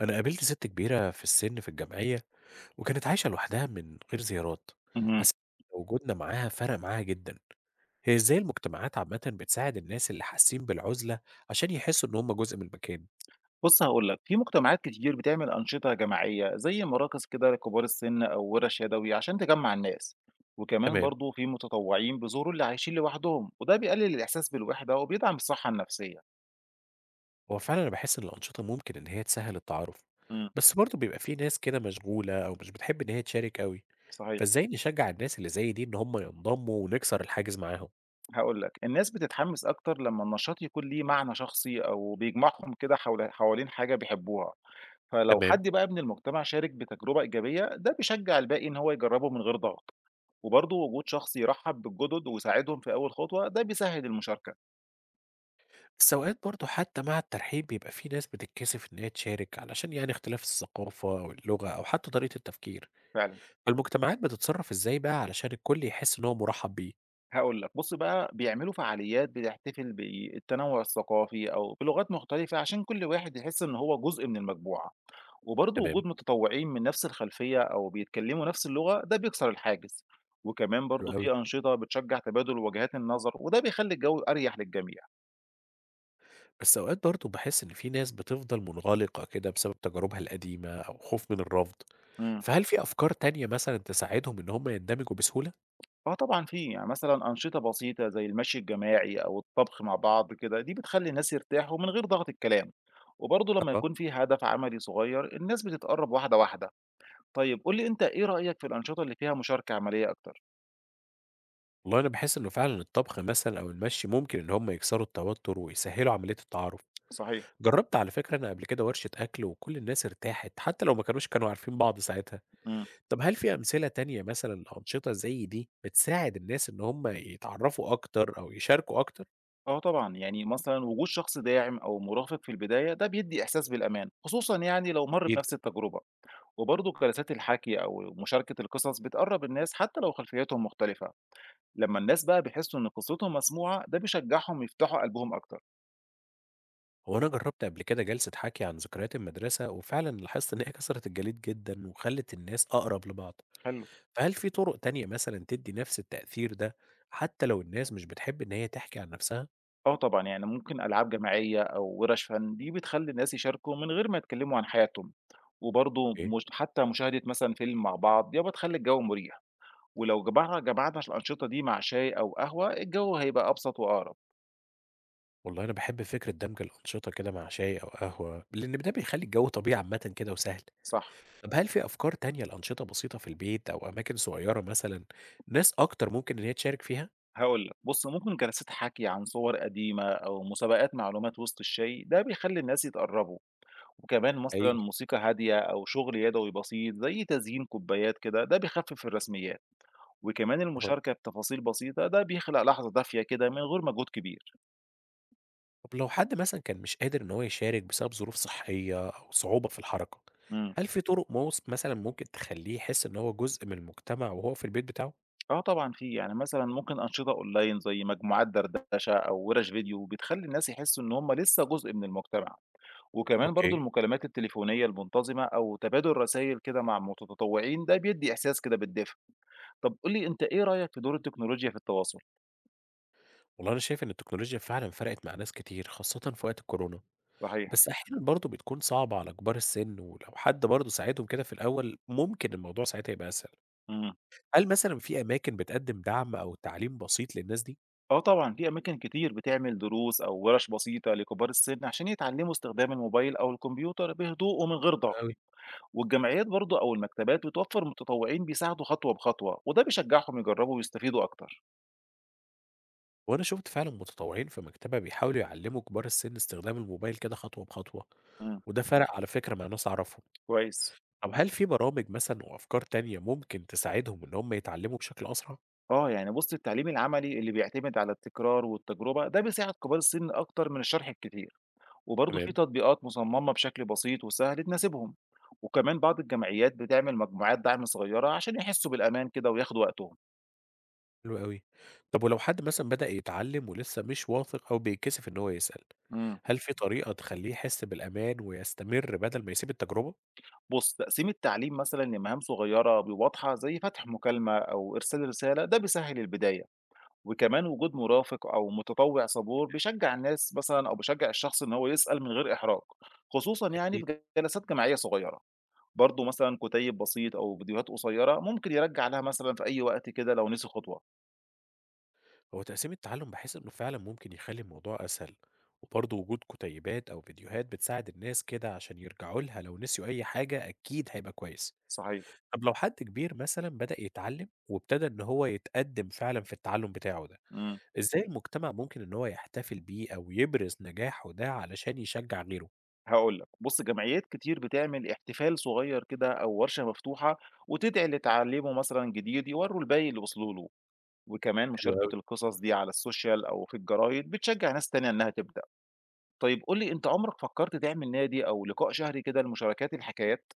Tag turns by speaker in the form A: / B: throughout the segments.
A: أنا قابلت سِت كبيرة في السِن في الجمعية، وكانت عايشة لوحدها من غير زيارات،
B: اهم.
A: حسيت إن وجودنا معاها فرق معاها جدًا. هي إزاي المجتمعات عامةً بتساعد الناس اللي حاسين بالعُزلة عشان يحسوا إن هم جزء من المكان؟
B: بُص هاقول لك، في مجتمعات كتير بتعمل أنشطة جماعية زي مراكز كده لكبار السن أو ورش يدوي عشان تجمّع الناس، وكمان
A: تمام،
B: برضه في متطوعين بيزوروا اللي عايشين لوحدهم، وده بيقلل الإحساس بالوحدة وبيدعم الصحة النفسية.
A: هو فعلًا أنا باحس إن الأنشطة ممكن إن هي تسهّل التعارُف،
B: امم،
A: بس برضه بيبقى في ناس كده مشغولة أو مش بتحب إن هي تشارك أوي،
B: صحيح.
A: فإزاي نشجّع الناس اللي زي دي إن هم ينضمّوا ونكسر الحاجز معاهم؟
B: هاقول لك، الناس بتتحمس أكتر لمّا النشاط يكون ليه معنى شخصي أو بيجمعهم كده حوالين حاجة بيحبوها، فلو
A: تمام.
B: حد بقى من المجتمع شارك بتجربة إيجابية ده بيشجع الباقي إن هو يجربه من غير ضغط. وبرضه وجود شخص يرحّب بالجدد ويساعدهم في أول خطوة، ده بيسهّل المشاركة
A: بس أوقات برضه حتى مع الترحيب بيبقى في ناس بتتكسف إن هي تشارك علشان يعني اختلاف الثقافة أو اللغة أو حتى طريقة التفكير،
B: فعلًا.
A: فالمجتمعات بتتصرف إزاي بقى علشان الكل يحس إن هو مرحب بيه؟
B: هاقول لك، بُص بقى بيعملوا فعاليات بتحتفل بالتنوُّع الثقافي أو بلغات مختلفة عشان كل واحد يحس إن هو جزء من المجموعة، وبرضه
A: تمام.
B: وجود متطوّعين من نفس الخلفية أو بيتكلّموا نفس اللغة، ده بيكسر الحاجز. وكمان
A: حلو
B: برضه
A: قوي.
B: في أنشطة بتشجّع تبادل وجهات النظر وده بيخلّي الجو أريح للجميع.
A: بس أوقات برضه بحس إن في ناس بتفضل منغلقة كده بسبب تجاربها القديمة أو خوف من الرفض،
B: إمم.
A: فهل في أفكار تانية مثلا تساعدهم إن هم يندمجوا بسهولة؟
B: آه طبعًا في، يعني مثلًا أنشطة بسيطة زي المشي الجماعي أو الطبخ مع بعض كده، دي بتخلّي الناس يرتاحوا من غير ضغط الكلام، وبرضه لمّا
A: أها.
B: يكون في هدف عملي صغير الناس بتتقرّب واحدة، واحدة. طيب قُل لي أنت إيه رأيك في الأنشطة اللي فيها مشاركة عملية أكتر؟
A: والله أنا بحس إنه فعلا الطبخ مثلا أو المشي ممكن إن هم يكسروا التوتر ويسهلوا عملية التعارف.
B: صحيح.
A: جرّبت على فكرة أنا قبل كده ورشة أكل وكل الناس ارتاحت، حتى لو ما كانوش كانوا عارفين بعض ساعتها.
B: إمم.
A: طب هل في أمثلة تانية مثلًا لأنشطة زي دي بتساعد الناس إن هم يتعرّفوا أكتر أو يشاركوا أكتر؟
B: آه طبعًا، يعني مثلًا وجود شخص داعم أو مرافق في البداية ده بيدّي إحساس بالأمان، خصوصًا يعني لو مَر
A: أكيد.
B: بنفس التجربة، وبرضه جلسات الحكي أو مشاركة القصص بتقرّب الناس حتى لو خلفياتهم مختلفة. لمّا الناس بقى بيحسّوا إن قصتهم مسموعة، ده بيشجّعهم يفتحوا قلبهم أكتر.
A: هو أنا جرّبت قبل كده جلسة حَكي عن ذكريات المدرسة، وفعلًا لاحظت إن هي كسرت الجليد جدًا وخلّت الناس أقرب لبعض.
B: حلو.
A: فهل في طُرق تانية مثلًا تدّي نفس التأثير ده، حتى لو الناس مش بتحب إن هي تحكي عن نفسها؟
B: آه طبعًا، يعني ممكن ألعاب جماعية أو وِرَش فن، دي بتخلّي الناس يشاركوا من غير ما يتكلّموا عن حياتهم، وبرضه
A: أوكي.
B: مش حتّى مشاهدة مثلًا فيلم مع بعض، دي بتخلّي الجَو مُريح، ولو جمعنا الأنشطة دي مع شاي أو قهوة، الجَو هيبقى أبسط وأقرب.
A: والله أنا باحب فكرة دمج الأنشطة كده مع شاي أو قهوة، لإن ده بيخلّي الجو طبيعي عامةً كده وسهل.
B: صح،
A: طب هل في أفكار تانية لأنشطة بسيطة في البيت أو أماكن صغيرة مثلًا، ناس أكتر ممكن إن هي تشارك فيها؟
B: هاقول لك، بُص ممكن جلسات حَكي عن صور قديمة أو مسابقات معلومات وسط الشاي، ده بيخلّي الناس يتقرّبوا. وكمان مثلًا
A: حقيقي،
B: موسيقى هادية أو شغل يدوي بسيط زي تزيين كوبايات كده، ده بيخفف الرسميات، وكمان
A: أها.
B: المشاركة بتفاصيل بسيطة ده بيخلق لحظة دافية كده من غير مجهود كبير.
A: طب لو حد مثلًا كان مش قادر إن هو يشارك بسبب ظروف صحية أو صعوبة في الحركة،
B: إمم.
A: هل في طرق مثلًا ممكن تخلّيه يحس إن هو جزء من المجتمع وهو في البيت بتاعه؟
B: آه طبعًا في، يعني مثلًا ممكن أنشطة أونلاين زي مجموعات دردشة أو ورش فيديو بتخلّي الناس يحسّوا إن هم لسه جزء من المجتمع، وكمان برضه
A: أوكي.
B: المكالمات التليفونية المنتظمة أو تبادل رسايل كده مع متطوعين ده بيدّي إحساس كده بالدفء. طب قُل لي أنت إيه رأيك في دور التكنولوجيا في التواصل؟
A: والله أنا شايف إن التكنولوجيا فعلًا فرقت مع ناس كتير، خاصةً في وقت الكورونا،
B: صحيح.
A: بس أحيانًا برضه بتكون صعبة على كبار السن، ولو حد برضه ساعدهم كده في الأول، ممكن الموضوع ساعتها يبقى أسهل.
B: إمم.
A: هل مثلًا في أماكن بتقدّم دعم أو تعليم بسيط للناس دي؟
B: آه طبعًا، في أماكن كتير بتعمل دروس أو ورش بسيطة لكبار السن عشان يتعلموا استخدام الموبايل أو الكمبيوتر بهدوء ومن غير
A: حلو
B: ضغط،
A: أوي.
B: والجمعيات برضه أو المكتبات بتوفر متطوعين بيساعدوا خطوة بخطوة، وده بيشجعهم يجربوا ويستفيدوا أكتر.
A: وأنا شُفت فعلًا متطوعين في مكتبة بيحاولوا يعلّموا كبار السن استخدام الموبايل كده خطوة بخطوة،
B: امم،
A: وده فرق على فكرة مع ناس أعرفهم.
B: كويس.
A: طب هل في برامج مثلًا وأفكار تانية ممكن تساعدهم إن هم يتعلموا بشكل أسرع؟
B: آه، يعني بُص التعليم العملي اللي بيعتمد على التكرار والتجربة ده بيساعد كبار السن أكتر من الشرح الكتير، وبرضه في
A: تمام،
B: تطبيقات مصممة بشكل بسيط وسهل تناسبهم، وكمان بعض الجمعيات بتعمل مجموعات دعم صغيرة عشان يحسوا بالأمان كده وياخدوا وقتهم.
A: حلو أوي. طب ولو حد مثلًا بدأ يتعلم ولسه مش واثق أو بيتكسف إن هو يسأل،
B: امم.
A: هل في طريقة تخلّيه يحس بالأمان ويستمر بدل ما يسيب التجربة؟
B: بُص، تقسيم التعليم مثلًا لمهام صغيرة وواضحة زي فتح مكالمة أو إرسال رسالة ده بيسهّل البداية، وكمان وجود مرافق أو متطوع صبور بيشجّع الناس مثلًا أو بيشجّع الشخص إن هو يسأل من غير إحراج، خصوصًا يعني
A: أكيد.
B: في جلسات جماعية صغيرة، برضه مثلًا كُتيب بسيط أو فيديوهات قصيرة ممكن يرجّع لها مثلًا في أي وقت كده لو نسي خطوة،
A: هو تقسيم التعلم بحيث إنه فعلا ممكن يخلي الموضوع أسهل، وبرضه وجود كتيبات أو فيديوهات بتساعد الناس كده عشان يرجعوا لها لو نسيوا أي حاجة أكيد هيبقى كويس.
B: صحيح،
A: طب لو حد كبير مثلا بدأ يتعلم وابتدى إن هو يتقدم فعلا في التعلم بتاعه ده،
B: إمم،
A: إزاي المجتمع ممكن إن هو يحتفل بيه أو يبرز نجاحه ده علشان يشجع غيره؟
B: هاقول لك، بُص جمعيات كتير بتعمل احتفال صغير كده أو ورشة مفتوحة وتدعي اللي اتعلموا مثلًا جديد يورّوا الباقي اللي وصلوا له، وكمان
A: حلو
B: مشاركة
A: أوي.
B: القصص دي على السوشيال أو في الجرايد بتشجع ناس تانية إنها تبدأ. طيب قُل لي أنت عمرك فكرت تعمل نادي أو لقاء شهري كده لمشاركات الحكايات؟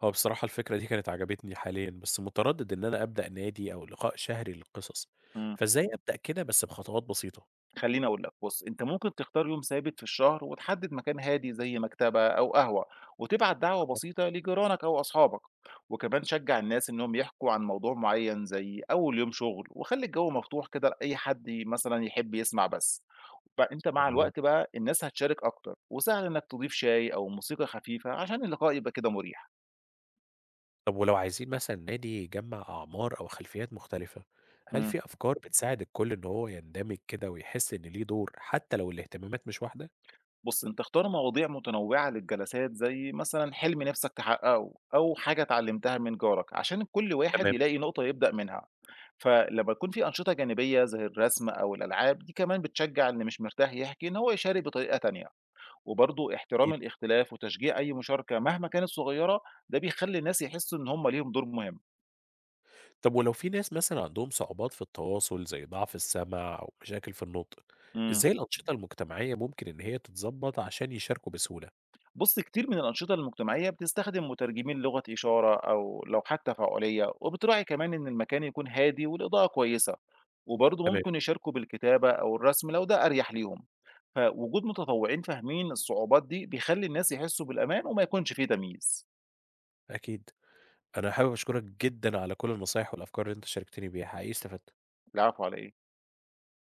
A: هو بصراحة الفكرة دي كانت عجبتني حاليا بس متردد إن أنا أبدأ نادي أو لقاء شهري للقصص،
B: إمم.
A: فإزاي أبدأ كده بس بخطوات بسيطة؟
B: خلّيني أقول لك، بُص أنت ممكن تختار يوم ثابت في الشهر وتحدد مكان هادي زي مكتبة أو قهوة، وتبعت دعوة بسيطة لجيرانك أو أصحابك، وكمان شجّع الناس إنهم يحكوا عن موضوع معيّن زي أول يوم شغل، وخلّي الجو مفتوح كده لأي حد مثلًا يحب يسمع بس، فأنت مع
A: تمام.
B: الوقت بقى الناس هتشارك أكتر، وسهل إنك تضيف شاي أو موسيقى خفيفة عشان اللقاء يبقى كده مُريح.
A: طب ولو عايزين مثلًا نادي يجمّع أعمار أو خلفيات مختلفة، هل
B: إمم.
A: في أفكار بتساعد الكل إن هو يندمج كده ويحس إن ليه دور حتى لو الاهتمامات مش واحدة؟
B: بُص، أنت اختار مواضيع متنوعة للجلسات زي مثلًا حلم نفسك تحققه أو حاجة اتعلمتها من جارك، عشان كل واحد
A: تمام،
B: يلاقي نقطة يبدأ منها. فلما يكون في أنشطة جانبية زي الرسم أو الألعاب، دي كمان بتشجع اللي مش مرتاح يحكي إن هو يشارك بطريقة تانية. وبرضه احترام
A: أكيد.
B: الاختلاف وتشجيع أي مشاركة مهما كانت صغيرة، ده بيخلي الناس يحسوا إن هم ليهم دور مهم.
A: طب ولو في ناس مثلًا عندهم صعوبات في التواصل زي ضعف السمع أو مشاكل في النطق،
B: إمم.
A: إزاي الأنشطة المجتمعية ممكن إن هي تتضبط عشان يشاركوا بسهولة؟
B: بُص كتير من الأنشطة المجتمعية بتستخدم مترجمين لغة إشارة أو لوحات تفاعلية، وبتراعي كمان إن المكان يكون هادي والإضاءة كويسة، وبرضه
A: تمام.
B: ممكن يشاركوا بالكتابة أو الرسم لو ده أريح ليهم، فوجود متطوعين فاهمين الصعوبات دي بيخلي الناس يحسوا بالأمان وما يكونش فيه تمييز.
A: أكيد، أنا حابب أشكرك جدًا على كل النصايح والأفكار اللي أنت شاركتني بيها، حقيقي استفدت.
B: العفو على إيه؟